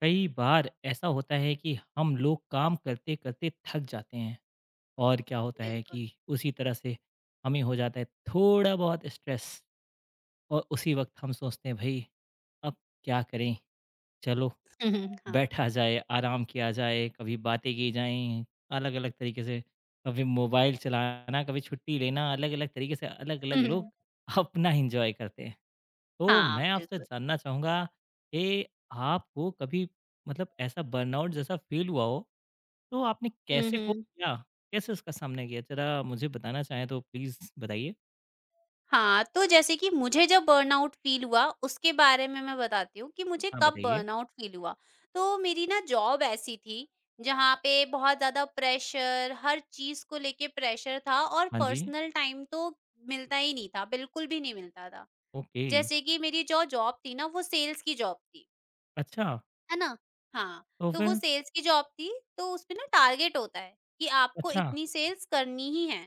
कई बार ऐसा होता है कि हम लोग काम करते करते थक जाते हैं और क्या होता है बिल्कुल। कि उसी तरह से हमें हो जाता है थोड़ा बहुत स्ट्रेस और उसी वक्त हम सोचते हैं भाई अब क्या करें चलो हुँ, हुँ, हाँ। बैठा जाए आराम किया जाए कभी बातें की जाएं अलग अलग तरीके से कभी मोबाइल चलाना कभी छुट्टी लेना अलग अलग तरीके से अलग अलग हुँ, लोग हुँ। अपना इंजॉय करते हैं। तो हाँ, मैं आपसे बिल्कुल। जानना चाहूँगा कि आपको कभी मतलब ऐसा बर्नआउट जैसा फ़ील हुआ हो, तो आपने हुँ, कैसे कोप हुँ। किया? कैसे उसका सामना किया? ज़रा मुझे बताना चाहें तो प्लीज़ बताइए। हाँ, तो जैसे कि मुझे जब बर्नआउट फ़ील हुआ उसके बारे में मैं बताती हूँ कि मुझे हाँ, कब बताइए। बर्नआउट फ़ील हुआ। तो मेरी ना जॉब ऐसी थी जहाँ पे बहुत ज़्यादा प्रेशर हर चीज़ को लेके प्रेशर था और हाँ जी, पर्सनल टाइम तो मिलता ही नहीं था, बिल्कुल भी नहीं मिलता था। ओके। जैसे कि मेरी जो जॉब थी ना वो सेल्स की जॉब थी। अच्छा, है ना? हाँ, तो तो वो फिर? सेल्स की जॉब थी, तो उसपे ना टारगेट होता है कि आपको अच्छा, इतनी सेल्स करनी ही है।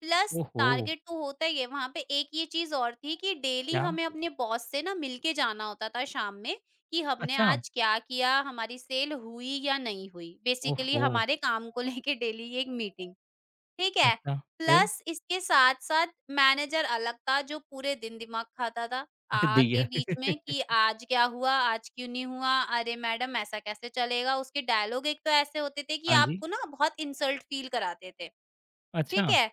प्लस ओहो! टारगेट तो होता ही है, वहाँ पे एक ये चीज़ और थी कि डेली क्या? हमें अपने बॉस से ना मिलके जाना होता था शाम में कि हमने अच्छा, आज क्या किया, हमारी सेल हुई या नहीं हुई। बेसिकली ओहो! हमारे काम को लेके डेली एक मीटिंग। ठीक है? अच्छा, फिर? प्लस इसके साथ-साथ मैनेजर अलग था जो पूरे दिन दिमाग खाता था, आ आके दिया। बीच में कि आज क्या हुआ? आज क्यों नहीं हुआ? अरे मैडम ऐसा कैसे चलेगा? उसके डायलॉग एक तो ऐसे होते थे कि हाँ जी, आपको ना बहुत इंसल्ट फील कराते थे, अच्छा, ठीक है?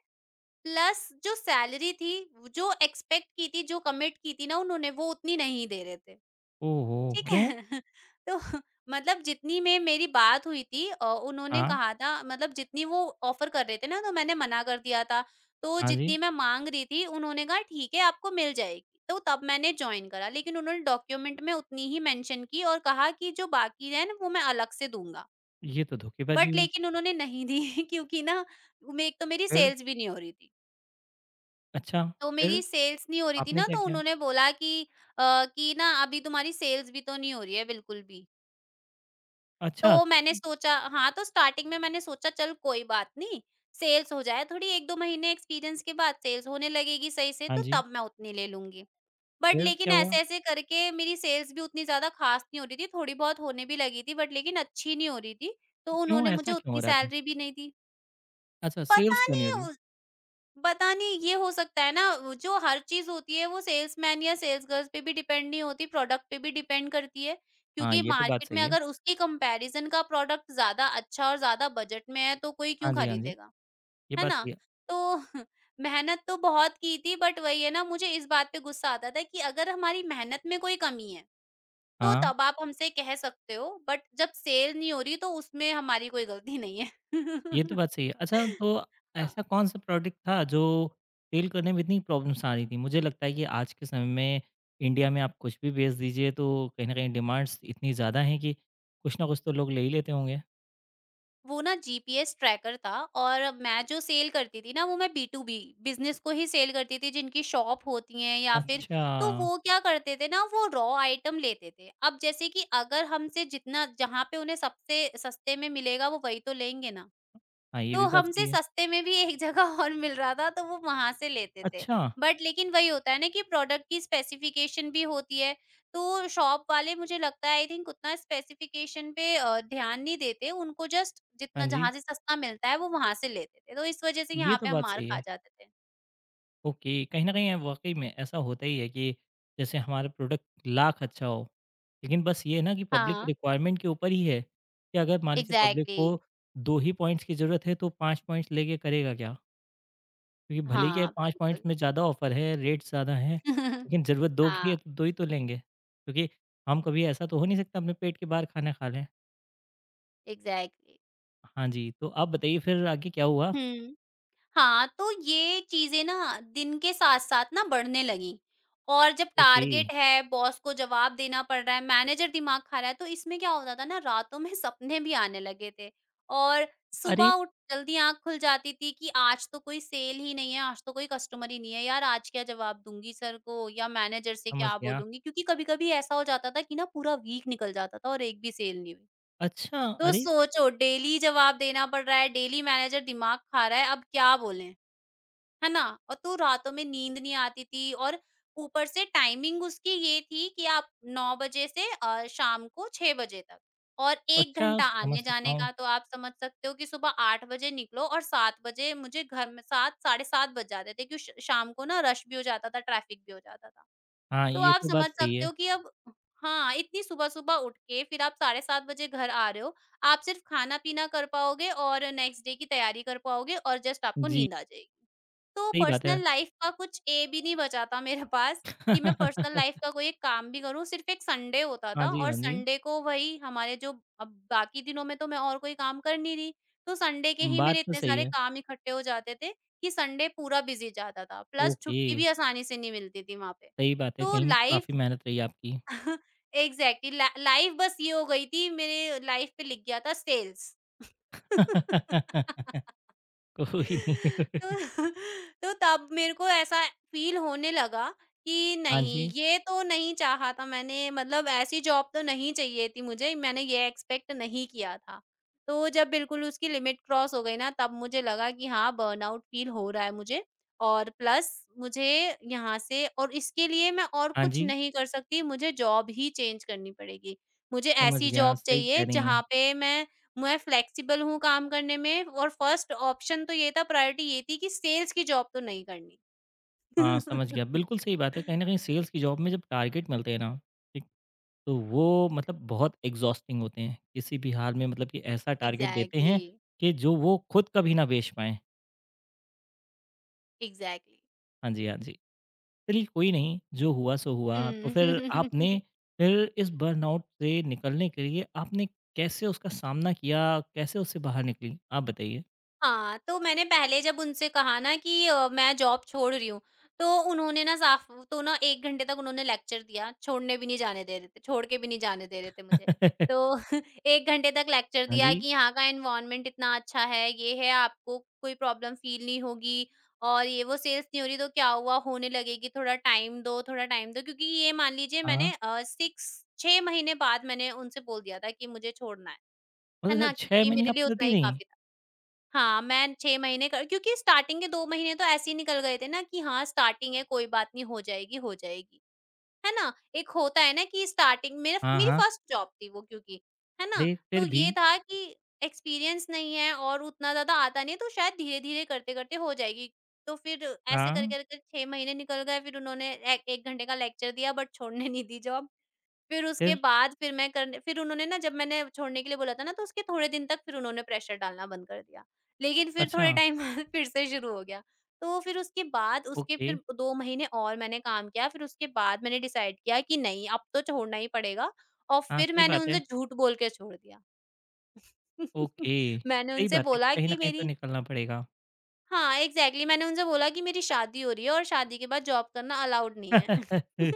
प्लस जो सैलरी थी, जो एक्सपेक्ट की थी, जो कमिट की थी ना उन्होंने, वो उतनी नहीं दे रहे थे। ओहो! ठीक है। क्यों? तो मतलब जितनी में मेरी बात हुई थी उन्होंने हाँ, कहा था मतलब जितनी वो ऑफर कर रहे थे ना तो मैंने मना कर दिया था, तो हाँ जी, जितनी मैं मांग रही थी उन्होंने कहा ठीक है आपको मिल जाएगी तो तब मैंने ज्वाइन करा लेकिन उन्होंने डॉक्यूमेंट में उतनी ही मेंशन की और कहा कि जो बाकी है ना वो मैं अलग से दूंगा। ये तो धोखेबाज़ी बट हुई। लेकिन उन्होंने नहीं दी क्योंकि ना एक तो मेरी फिर? सेल्स भी नहीं हो रही थी, अच्छा, तो फिर मेरी सेल्स नहीं हो रही थी आपने ना क्या तो किया? उन्होंने बोला कि कि ना अभी तुम्हारी सेल्स भी तो नहीं हो रही है बिल्कुल भी, अच्छा। तो मैंने सोचा हाँ, तो स्टार्टिंग में मैंने सोचा चल कोई बात नहीं, सेल्स हो जाए थोड़ी 1-2 महीने एक्सपीरियंस के बाद सेल्स होने लगेगी सही से हाँ तो जी, तब मैं उतनी ले लूँगी। बट फिर लेकिन क्या हुआ? ऐसे-ऐसे करके मेरी सेल्स भी उतनी ज़्यादा ख़ास नहीं हो रही थी, थोड़ी बहुत होने भी लगी थी बट लेकिन अच्छी नहीं हो रही थी, तो क्यों उन्होंने मुझे ऐसा क्यों हो उतनी रहा था? सैलरी भी नहीं दी। अच्छा सेल्स पता क्यों नहीं हो रही? नहीं, पता नहीं, ये हो सकता है ना वो जो हर चीज होती है वो सेल्समैन या सेल्स गर्ल्स पे भी डिपेंड नहीं होती, प्रोडक्ट पे भी डिपेंड करती है हाँ, क्योंकि ये तो बात मार्केट में सही है। अगर उसकी कंपैरिजन का प्रोडक्ट ज्यादा अच्छा और ज्यादा बजट में है तो कोई क्यों हाँ जी, हाँ जी, खरीदेगा? ये है बात ना? सही है। तो मेहनत तो बहुत की थी बट वही है ना, मुझे इस बात पे गुस्सा आता था कि अगर हमारी मेहनत में कोई कमी है तो हाँ, तब आप हमसे कह सकते हो बट जब सेल नहीं हो रही तो उसमें हमारी कोई गलती नहीं है। ये तो बात सही है। अच्छा तो हाँ। ऐसा कौन-सा प्रोडक्ट था जो सेल करने में इतनी प्रॉब्लम्स आ रही थी? मुझे लगता है कि आज के समय में इंडिया में आप कुछ भी बेच दीजिए तो कहीं न कहीं डिमांड्स इतनी ज़्यादा हैं कि कुछ ना कुछ तो लोग ले ही लेते होंगे। वो ना जीपीएस ट्रैकर था और मैं जो सेल करती थी ना वो मैं बी2बी बिजनेस को ही सेल करती थी जिनकी शॉप होती है या फिर, अच्छा, तो वो क्या करते थे ना वो रॉ आइटम लेते थे, अब जैसे कि अगर हमसे जितना जहाँ पे उन्हें सबसे सस्ते में मिलेगा वो वही तो लेंगे ना, हाँ ये तो भी बात हमसे सही है। सस्ते में भी एक जगह और मिल रहा था तो वो वहाँ से लेते थे। अच्छा, बट लेकिन वही होता है ना कि प्रोडक्ट की स्पेसिफ़िकेशन भी होती है, तो शॉप वाले मुझे लगता है आई थिंक उतना स्पेसिफ़िकेशन पे ध्यान नहीं देते, उनको जस्ट हाँ जितना जी, जहाँ से सस्ता मिलता है वो वहाँ से लेते थे, तो इस वज़ह से ये यहाँ तो पे हम बात मार सही खा है। जाते थे। ओके, कहीं न कहीं वाक़ई में ऐसा होता ही है कि जैसे हमारा प्रोडक्ट लाख अच्छा हो, लेकिन बस ये है ना कि पब्लिक के हाँ, रिक्वायरमेंट के ऊपर ही है, कि अगर मान लीजिए पब्लिक एग्ज़ैक्टली। को 2 ही पॉइंट्स की ज़रूरत है, तो 5 पॉइंट्स लेके करेगा क्या? क्योंकि भले ही क्या है हाँ, 5 पॉइंट्स बिल्कुल। में ज़्यादा ऑफ़र है, रेट्स ज़्यादा हैं, लेकिन ज़रूरत 2 की हाँ, है तो 2 ही तो लेंगे, क्योंकि हम कभी ऐसा तो हो नहीं सकता अपने पेट के बाहर खाना खा लें। एग्ज़ैक्टली। हाँ जी, तो आप बताइए फिर आगे क्या हुआ? हुँ। हाँ, तो ये चीज़ें ना दिन के साथ-साथ ना बढ़ने लगीं और जब ओके, टारगेट है, बॉस को जवाब देना पड़ रहा है, मैनेजर दिमाग खा रहा है, तो इसमें क्या होता था ना रातों में सपने भी आने लगे थे और अरे! सुबह उठ जल्दी आँख खुल जाती थी कि आज तो कोई सेल ही नहीं है, आज तो कोई कस्टमर ही नहीं है, यार आज क्या जवाब दूँगी सर को या मैनेजर से समझ क्या गया। बोलूँगी? क्योंकि कभी-कभी ऐसा हो जाता था कि ना पूरा वीक निकल जाता था और एक भी सेल नहीं हुई। अच्छा, तो अरे! सोचो डेली जवाब देना पड़ रहा है, डेली मैनेजर दिमाग खा रहा है, अब क्या बोलें? है ना? और तो रातों में नींद नहीं आती थी और ऊपर से टाइमिंग उसकी ये थी कि आप 9 बजे से शाम को 6 बजे तक और 1 अच्छा, घंटा समझ सकता आने-जाने हूँ। का, तो आप समझ सकते हो कि सुबह 8 बजे निकलो और 7 बजे मुझे घर में 7, साढ़े 7 बज जाते थे क्यों श शाम को ना रश भी हो जाता था, ट्रैफिक भी हो जाता था। हाँ, तो ये आप तो बात समझ सही सकते है। हो कि अब हाँ, इतनी सुबह-सुबह उठ के फिर आप साढ़े 7 बजे घर आ रहे हो, आप सिर्फ़ खाना-पीना कर पाओगे और नेक्स्ट डे की तैयारी कर पाओगे और जस्ट आपको जी, नींद आ जाएगी। तो सही बात है। पर्सनल लाइफ का कुछ ए भी नहीं बचा था मेरे पास कि मैं पर्सनल लाइफ का कोई एक काम भी करूँ, सिर्फ़ एक संडे होता हाँ था जी, और हाँ जी। संडे को वही हमारे जो, अब बाकी दिनों में तो मैं और कोई काम कर नहीं रही, तो संडे के ही बात मेरे तो इतने सही सारे है। काम इकट्ठे हो जाते थे कि संडे पूरा बिज़ी जाता था, प्लस ओके, छुट्टी भी आसानी से नहीं मिलती थी वहाँ पे। सही बात है तो कहीं लाइफ़ काफ़ी मेहनत रही आपकी। एग्ज़ैक्टली ला लाइफ़ बस ये हो गई थी, मेरे लाइफ़ पे लिख गया था सेल्स। कोई नहीं। तो तो तब मेरे को ऐसा फ़ील होने लगा कि हाँ नहीं, जी, ये तो नहीं चाहा था मैंने, मतलब ऐसी जॉब तो नहीं चाहिए थी मुझे, मैंने ये एक्सपेक्ट नहीं किया था। तो जब बिल्कुल उसकी लिमिट क्रॉस हो गई ना तब मुझे लगा कि हाँ, बर्नआउट फ़ील हो रहा है मुझे और प्लस मुझे यहाँ से, और इसके लिए मैं और हाँ कुछ जी, नहीं कर सकती, मुझे जॉब ही चेंज करनी पड़ेगी। मुझे समझ ऐसी गया। जॉब सही कह चाहिए रही हैं। जहाँ पे मैं फ्लेक्सिबल हूँ काम करने में, और फर्स्ट ऑप्शन तो ये था, प्रायोरिटी ये थी कि सेल्स की जॉब तो नहीं करनी। हाँ, समझ गया। बिल्कुल सही बात है। कहीं न कहीं सेल्स की जॉब में जब टारगेट मिलते हैं ना, ठीक, तो वो मतलब बहुत एग्ज़ॉस्टिंग होते हैं। किसी भी हाल में मतलब कि ऐसा टारगेट देते एग्जैक्टली, हैं कि जो वो खुद कभी ना बेच पाएँ। एग्जैक्टली। हाँ जी, हाँ जी। चलिए कोई नहीं, जो हुआ सो हुआ। तो फिर आपने हुँ। फिर इस बर्नआउट से निकलने के लिए आपने कैसे उसका सामना किया? कैसे उससे बाहर निकलीं? आप बताइए? हाँ, तो मैंने पहले जब उनसे कहा ना कि मैं जॉब छोड़ रही हूँ, तो उन्होंने ना साफ तो ना 1 घंटे तक उन्होंने लेक्चर दिया, छोड़ के भी नहीं जाने दे रहे थे मुझे। तो 1 घंटे तक लेक्चर हाँ जी, दिया कि यहाँ का एनवायरनमेंट इतना अच्छा है, ये है, आपको कोई प्रॉब्लम फील नहीं होगी और ये वो सेल्स नहीं हो रही तो क्या हुआ, होने लगेगी, थोड़ा टाइम दो, थोड़ा टाइम दो। क्योंकि ये मान लीजिए मैंने हाँ। 6 महीने बाद मैंने उनसे बोल दिया था कि मुझे छोड़ना मतलब है ना? शायद 6 क्योंकि ये महीने मेरे आप लिए उतना मिलती ही रहीं? काफ़ी था। हाँ, मैं 6 महीने कर, क्योंकि स्टार्टिंग के 2 महीने तो ऐसे ही निकल गए थे ना कि हाँ, स्टार्टिंग है कोई बात नहीं, हो जाएगी, हो जाएगी। है ना? एक होता है ना कि स्टार्टिंग मेरा हाँ, मेरी हाँ। फर्स्ट जॉब थी वो क्योंकि, है ना? अरे! फिर तो भी ये था कि एक्सपीरियंस नहीं है और उतना ज़्यादा आता नहीं है तो शायद धीरे-धीरे करते-करते हो जाएगी। तो फिर ऐसे हाँ, कर-कर के 6 महीने निकल गए, फिर उन्होंने ए 1 घंटे का लेक्चर दिया बट छोड़ने नहीं दी जॉब। फिर उसके फिर? बाद फिर उन्होंने ना, जब मैंने छोड़ने के लिए बोला था ना तो उसके थोड़े दिन तक फिर उन्होंने प्रेशर डालना बंद कर दिया। लेकिन फिर थोड़े अच्छा, टाइम बाद फिर से शुरू हो गया। तो फिर उसके बाद उसके ओके। फिर 2 महीने और मैंने काम किया, फिर उसके बाद मैंने डिसाइड किया कि नहीं अब तो छोड़ना ही पड़ेगा, और हाँ, फिर सही मैंने बात है। उनसे झूठ बोल के छोड़ दिया। ओके, मैंने सही उनसे बात है, बोला कहीं न कि कहीं तो मेरी निकलना पड़ेगा। हाँ, एग्ज़ैक्टली, मैंने उनसे बोला कि मेरी शादी हो रही है और शादी के बाद जॉब करना अलाउड नहीं है।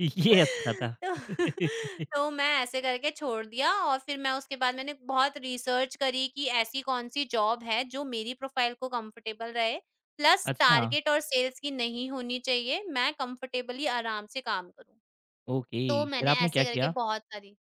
ये अच्छा था। तो तो मैं ऐसे करके छोड़ दिया और फिर मैं उसके बाद मैंने बहुत रिसर्च करी कि ऐसी कौन-सी जॉब है जो मेरी प्रोफ़ाइल को कंफर्टेबल रहे, प्लस अच्छा, टारगेट और सेल्स की नहीं होनी चाहिए, मैं कंफर्टेबली आराम से काम करूँ। ओके, तो फिर मैंने आपने क्या ऐसे करके किया? बहुत सारी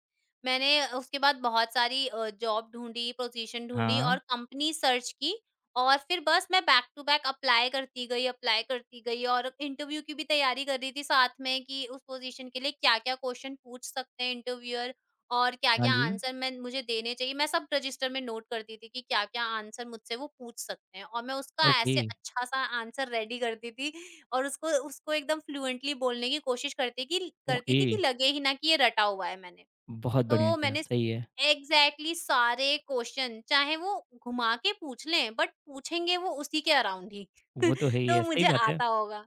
मैंने उसके बाद बहुत सारी जॉब ढूँढी, पोज़ीशन ढूँढी हाँ, और कंपनी सर्च की, और फिर बस मैं बैक टू बैक अप्लाई करती गई और इंटरव्यू की भी तैयारी कर रही थी साथ में कि उस पोज़ीशन के लिए क्या-क्या क्वेश्चन पूछ सकते हैं इंटरव्यूअर और हाँ क्या-क्या जी। आंसर मैं मुझे देने चाहिए, मैं सब रजिस्टर में नोट करती थी कि क्या-क्या आंसर मुझसे वो पूछ सकते हैं और मैं उसका ओके, ऐसे अच्छा-सा आंसर रेडी करती थी और उसको उसको एकदम फ्लुएंटली बोलने की कोशिश करती ओके। थी कि लगे ही ना कि ये रटा हुआ है मैंने। बहुत बढ़िया तो किया, मैंने सही है। एग्ज़ैक्टली सारे क्वेश्चन, चाहे वो घुमा के पूछ लें बट पूछेंगे वो उसी के अराउंड ही। वो तो है ही तो है, सही मुझे बात है, आता होगा।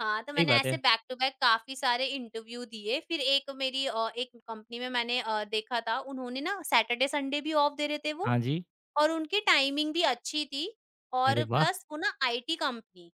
हाँ, तो सही मैंने बात ऐसे है। बैक टू बैक काफ़ी सारे इंटरव्यू दिए, फिर एक कंपनी में मैंने देखा था, उन्होंने ना सैटरडे संडे भी ऑफ दे रहे थे वो हाँ जी, और उनकी टाइमिंग भी अच्छी थी अरे और वाह! प्लस वो ना आईटी कंपनी,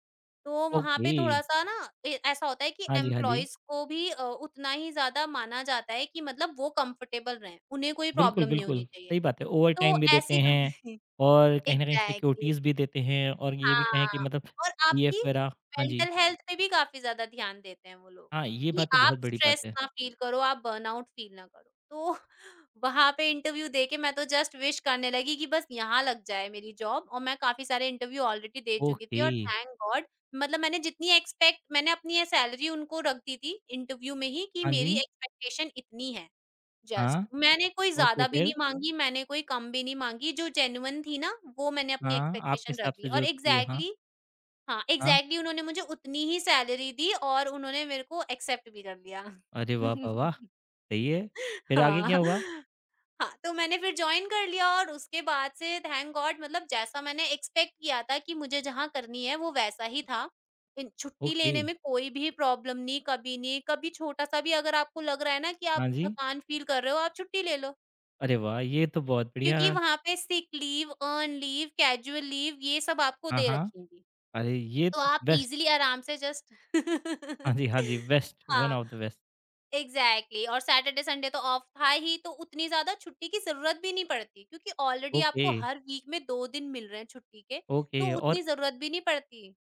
तो वहाँ ओके। पे थोड़ा-सा ना ए ऐसा होता है कि हाँ जी, हाँ जी। एम्प्लॉइज़ को भी उतना ही ज़्यादा माना जाता है कि मतलब वो कंफर्टेबल रहें, उन्हें कोई बिल्कुल, प्रॉब्लम नहीं बिल्कुल, होनी चाहिए। सही बात है। तो ओवरटाइम भी देते ऐसी हैं कंपनी और कहीं न कहीं एग्ज़ैक्टली। सिक्योरिटीज़ भी देते हैं और ये भी कहें कि हाँ, मतलब और पीएफ आपकी वगैरह। हाँ जी, मेंटल हेल्थ पे भी काफ़ी ज़्यादा ध्यान देते हैं वो लोग, हाँ, ये कि बात तो आप बहुत बड़ी बात स्ट्रेस है। ना फ़ील करो, आप बर्नआउट फ़ील ना करो। तो वहाँ पे इंटरव्यू देके मैं तो जस्ट विश करने लगी कि बस यहाँ लग जाए मेरी जॉब और मैं काफ़ी सारे इंटरव्यू ऑलरेडी दे चुकी थी ओके, और थैंक गॉड मतलब मैंने जितनी एक्सपेक्ट मैंने अपनी ये सैलरी उनको रख दी थी इंटरव्यू में ही कि हाँ मेरी जी, एक्सपेक्टेशन इतनी है। जस्ट हाँ, मैंने कोई ओके ज़्यादा भी नहीं फिर? माँगी, मैंने कोई कम भी नहीं माँगी, जो जेन्युइन थी ना, वो मैंने अपनी हाँ, आपके एक्सपेक्टेशन रख हिसाब दी से और जो थी हाँ, एग्ज़ैक्टली। हाँ, हाँ। एग्ज़ैक्टली उन्होंने मुझे उतनी ही सैलरी दी और उन्होंने मेरे को एक्सेप्ट भी कर लिया। अरे वाह, वाह, वाह! सही है। फिर आगे हाँ, क्या हुआ? हाँ, तो मैंने फिर जॉइन कर लिया और उसके बाद से थैंक गॉड मतलब जैसा मैंने एक्सपेक्ट किया था कि मुझे जहाँ करनी है, वो वैसा ही था। इन छुट्टी ओके, लेने में कोई भी प्रॉब्लम नहीं, कभी नहीं, कभी छोटा-सा भी अगर आपको लग रहा है ना कि आप हाँ जी। थकान फ़ील कर रहे हो, आप छुट्टी ले लो। अरे वाह! ये तो बहुत बढ़िया क्योंकि रहा। वहाँ पे sick leave, earn leave, casual leave ये सब आपको हाँ, दे हाँ। रखेंगी। अरे ये तो आप बेस्ट, इज़िली आराम से जस्ट हाँ जी, हाँ जी, बेस्ट, वन हाँ, ऑफ द बेस्ट। एग्ज़ैक्टली और सैटरडे, संडे तो ऑफ था ही तो उतनी ज़्यादा छुट्टी की ज़रूरत भी नहीं पड़ती क्योंकि ऑलरेडी ओके, आपको हर वीक में 2 दिन मिल रहे हैं छुट्टी के, ओके तो उतनी ज़रूरत भी नहीं पड़ती।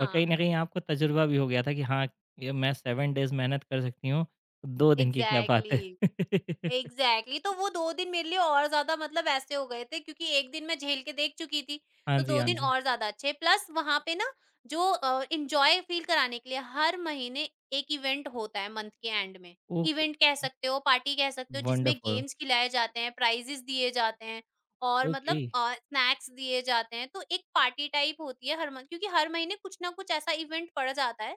और कहीं हाँ, न कहीं आपको तजुर्बा भी हो गया था कि हाँ, ये मैं 7 डेज़ मेहनत कर सकती हूँ, 2 दिन की क्या बात है। एग्ज़ैक्टली। एग्ज़ैक्टली तो वो 2 दिन मेरे लिए और ज़्यादा मतलब ऐसे हो गए थे क्योंकि 1 दिन मैं झेल के देख चुकी थी, हाँ तो जी, 2 हाँ दिन जी। और ज़्यादा अच्छे प्लस वहाँ पे ना जो एन्जॉय फ़ील कराने के लिए हर महीने एक इवेंट होता है मंथ के एंड में। ओके, इवेंट कह सकते हो, पार्टी कह सकते हो जिसमें वंडरफुल। गेम्स खिलाए जाते हैं, प्राइज़ेज़ दिए जाते हैं और ओके, मतलब स्नैक्स दिए जाते हैं। तो एक पार्टी टाइप होती है हर मं क्योंकि हर महीने कुछ ना कुछ ऐसा इवेंट पड़ जाता है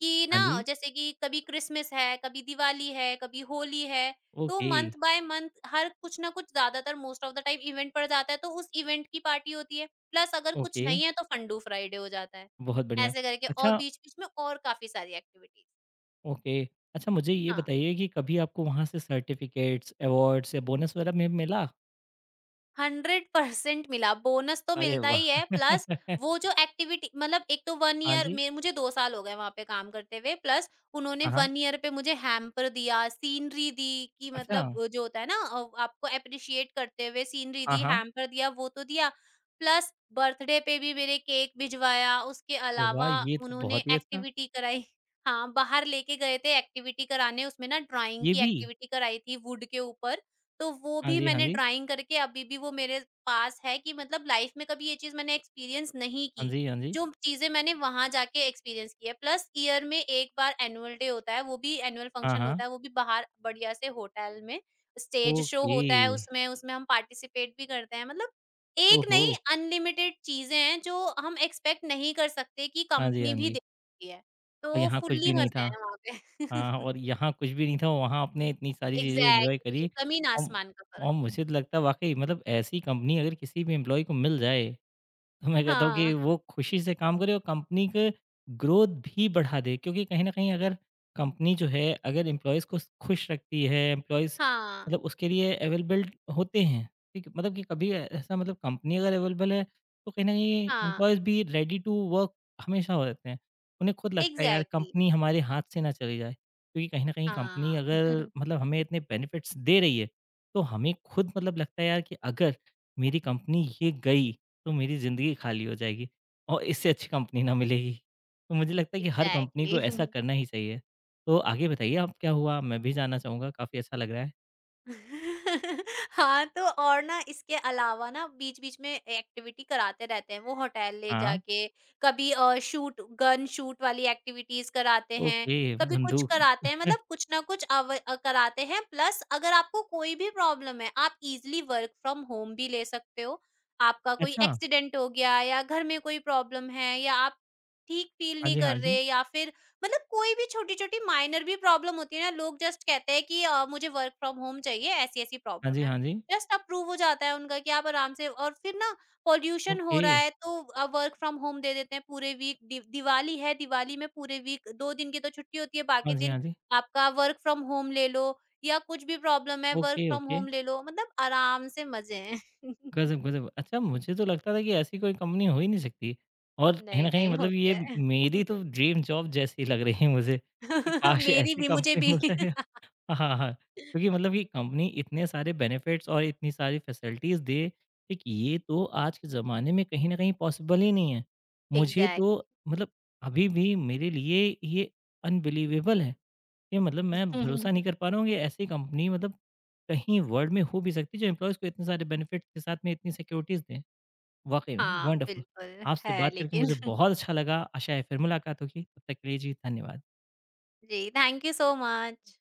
कि हाँ ना जी, जैसे कि कभी क्रिसमस है, कभी दिवाली है, कभी होली है, तो ओके, मंथ बाय मंथ हर कुछ ना कुछ ज़्यादातर most of the time event पड़ जाता है, तो उस इवेंट की पार्टी होती है, प्लस अगर कुछ ओके, नहीं है तो फन डू फ्राइडे हो जाता है। बहुत बढ़िया। ऐसे करके और अच्छा बीच-बीच में और काफ़ी सारी एक्टिविटीज़। ओके, अच्छा मुझे ये हाँ। बताइए कि कभी आपको वहाँ से सर्टिफ़िकेट्स, अवार्ड्स या बोनस वगैरह में मिला? 100% मिला, बोनस तो अरे मिलता वाह! ही है प्लस वो जो एक्टिविटी मतलब एक तो 1 हाँ ईयर जी। मे मुझे 2 साल हो गए वहाँ पे काम करते हुए प्लस उन्होंने हाँ, हाँ। 1 ईयर पे मुझे हैम्पर दिया, सीनरी दी कि अच्छा! मतलब जो होता है ना आपको एप्रिशिएट करते हुए सीनरी हाँ, दी, हाँ। हैम्पर दिया, वो तो दिया। प्लस बर्थडे पे भी मेरे केक भिजवाया, उसके अरे वाह! अलावा ये तो उन्होंने बहुत ही अच्छा। एक्टिविटी कराई। हाँ, बाहर लेके गए थे एक्टिविटी कराने, उसमें ना ड्राइंग ये की भी? एक्टिविटी कराई थी वुड के ऊपर। तो वो हाँ भी जी, हाँ मैंने जी। ड्राइंग करके अभी भी वो मेरे पास है कि मतलब लाइफ में कभी ये चीज़ मैंने एक्सपीरियंस नहीं हाँ की। जी, हाँ जी। जो चीज़ें मैंने वहाँ जाके एक्सपीरियंस की है। प्लस ईयर में 1 बार एनुअल डे होता है, वो भी एनुअल हाँ, फंक्शन हाँ। होता है, वो भी बाहर बढ़िया से होटल में। Stage show okay. होता है उसमें, उसमें हम पार्टिसिपेट भी करते हैं। मतलब एक ओहो! नहीं अनलिमिटेड चीज़ें हैं जो हम एक्सपेक्ट नहीं कर सकते कि हाँ जी, हाँ कंपनी भी जी। देती है। और तो यहाँ कुछ फुल्ली भी नहीं मज़े था। हैं वहाँ पे। हाँ, और यहाँ कुछ भी नहीं था, वहाँ आपने इतनी सारी चीज़ें एन्जॉय एग्ज़ैक्टली करी। ज़मीन औ आसमान का और फ़र्क। मुझे तो लगता है वाक़ई मतलब ऐसी कंपनी अगर किसी भी एम्प्लॉयी को मिल जाए तो मैं कहता हूँ कि हाँ। वो खुशी से काम करे और कंपनी के ग्रोथ भी बढ़ा दे क्योंकि कहीं न कहीं अगर कंपनी जो है अगर एम्प्लॉइज़ को खुश रखती है, एम्प्लॉइज़ हाँ, मतलब उसके लिए अवेलेबल होते हैं, ठीक है? मतलब कि कभी ऐसा मतलब कंपनी अगर अवेलेबल है, तो कहीं न कहीं हाँ, एम्प्लॉइज़ भी रेडी टू वर्क हमेशा हो जाते हैं। उन्हें खुद लगता है यार एग्ज़ैक्टली। कंपनी हमारे हाथ से ना चली जाए, क्योंकि कहीं न कहीं कंपनी हाँ, अगर मतलब हमें इतने बेनिफिट्स दे रही है, तो हमें खुद मतलब लगता है यार कि अगर मेरी कंपनी ये गई तो मेरी ज़िंदगी खाली हो जाएगी और इससे अच्छी कंपनी ना मिलेगी। तो मुझे लगता है कि हर कंपनी को एग्ज़ैक्टली। ऐसा करना ही चाहिए। तो आगे बताइए अब क्या हुआ? मैं भी जानना चाहूँगा, काफ़ी अच्छा लग रहा है। हाँ, तो और ना इसके अलावा ना बीच-बीच में एक्टिविटी कराते रहते हैं वो होटल ले हाँ, जाके, कभी शूट गन शूट वाली एक्टिविटीज़ कराते हैं, ओके, कभी कुछ बंदूक। कराते हैं मतलब कुछ ना कुछ कराते हैं प्लस अगर आपको कोई भी प्रॉब्लम है, आप ईज़िली वर्क फ्रॉम होम भी ले सकते हो। आपका कोई अच्छा, एक्सीडेंट हो गया या घर में कोई प्रॉब्लम है या आप ठीक फ़ील हाँ नहीं जी, हाँ कर जी। रहे या फिर मतलब कोई भी छोटी-छोटी माइनर भी प्रॉब्लम होती है ना, लोग जस्ट कहते हैं कि मुझे वर्क फ्रॉम होम चाहिए, ऐसी-ऐसी हाँ जी, प्रॉब्लम है। हाँ जी। जस्ट अप्रूव हो जाता है उनका कि आप आराम से और फिर ना पॉल्यूशन हो ओके, रहा है तो वर्क फ्रॉम होम दे देते हैं पूरे वीक। दि दिवाली है, दिवाली में पूरे वीक 2 दिन की तो छुट्टी होती है, हाँ बाकी जी, दिन हाँ जी। आपका वर्क फ्रॉम होम ले लो या कुछ भी प्रॉब्लम है work okay, from okay. Home ले लो, मतलब आराम से मज़े हैं। गज़ब, गज़ब। अच्छा मुझे तो लगता था कि ऐसी कोई कंपनी हो ही नहीं सकती और कहीं नहीं, न कहीं नहीं मतलब होती ये है। मेरी तो ड्रीम जॉब जैसी लग रही है मुझे कि काश मेरी ऐसी भी, मुझे कंपनी भी। मिल जाए। हाँ, हाँ। क्योंकि मतलब कि कंपनी इतने सारे बेनिफिट्स और इतनी सारी फैसिलिटीज़ दे, ठीक ये तो आज के ज़माने में कहीं न कहीं पॉसिबल ही नहीं है। मुझे एग्ज़ैक्टली। तो मतलब अभी भी मेरे लिए ये अनबिलीवेबल है। ये मतलब मैं भरोसा नहीं कर पा रहा हूँ कि ऐसी कंपनी मतलब कहीं वर्ल्ड में हो भी सकती है जो एम्प्लॉइज़ को इतने सारे बेनिफिट्स के साथ में इतनी सिक्योरिटीज़ दें। वाक़ई में हाँ, वंडरफुल। बिल्कुल आपसे है बात करके लेकिन मुझे बहुत अच्छा लगा। आशा है फिर मुलाकात होगी। तब तक के लिए जी धन्यवाद। जी, थैंक यू सो मच।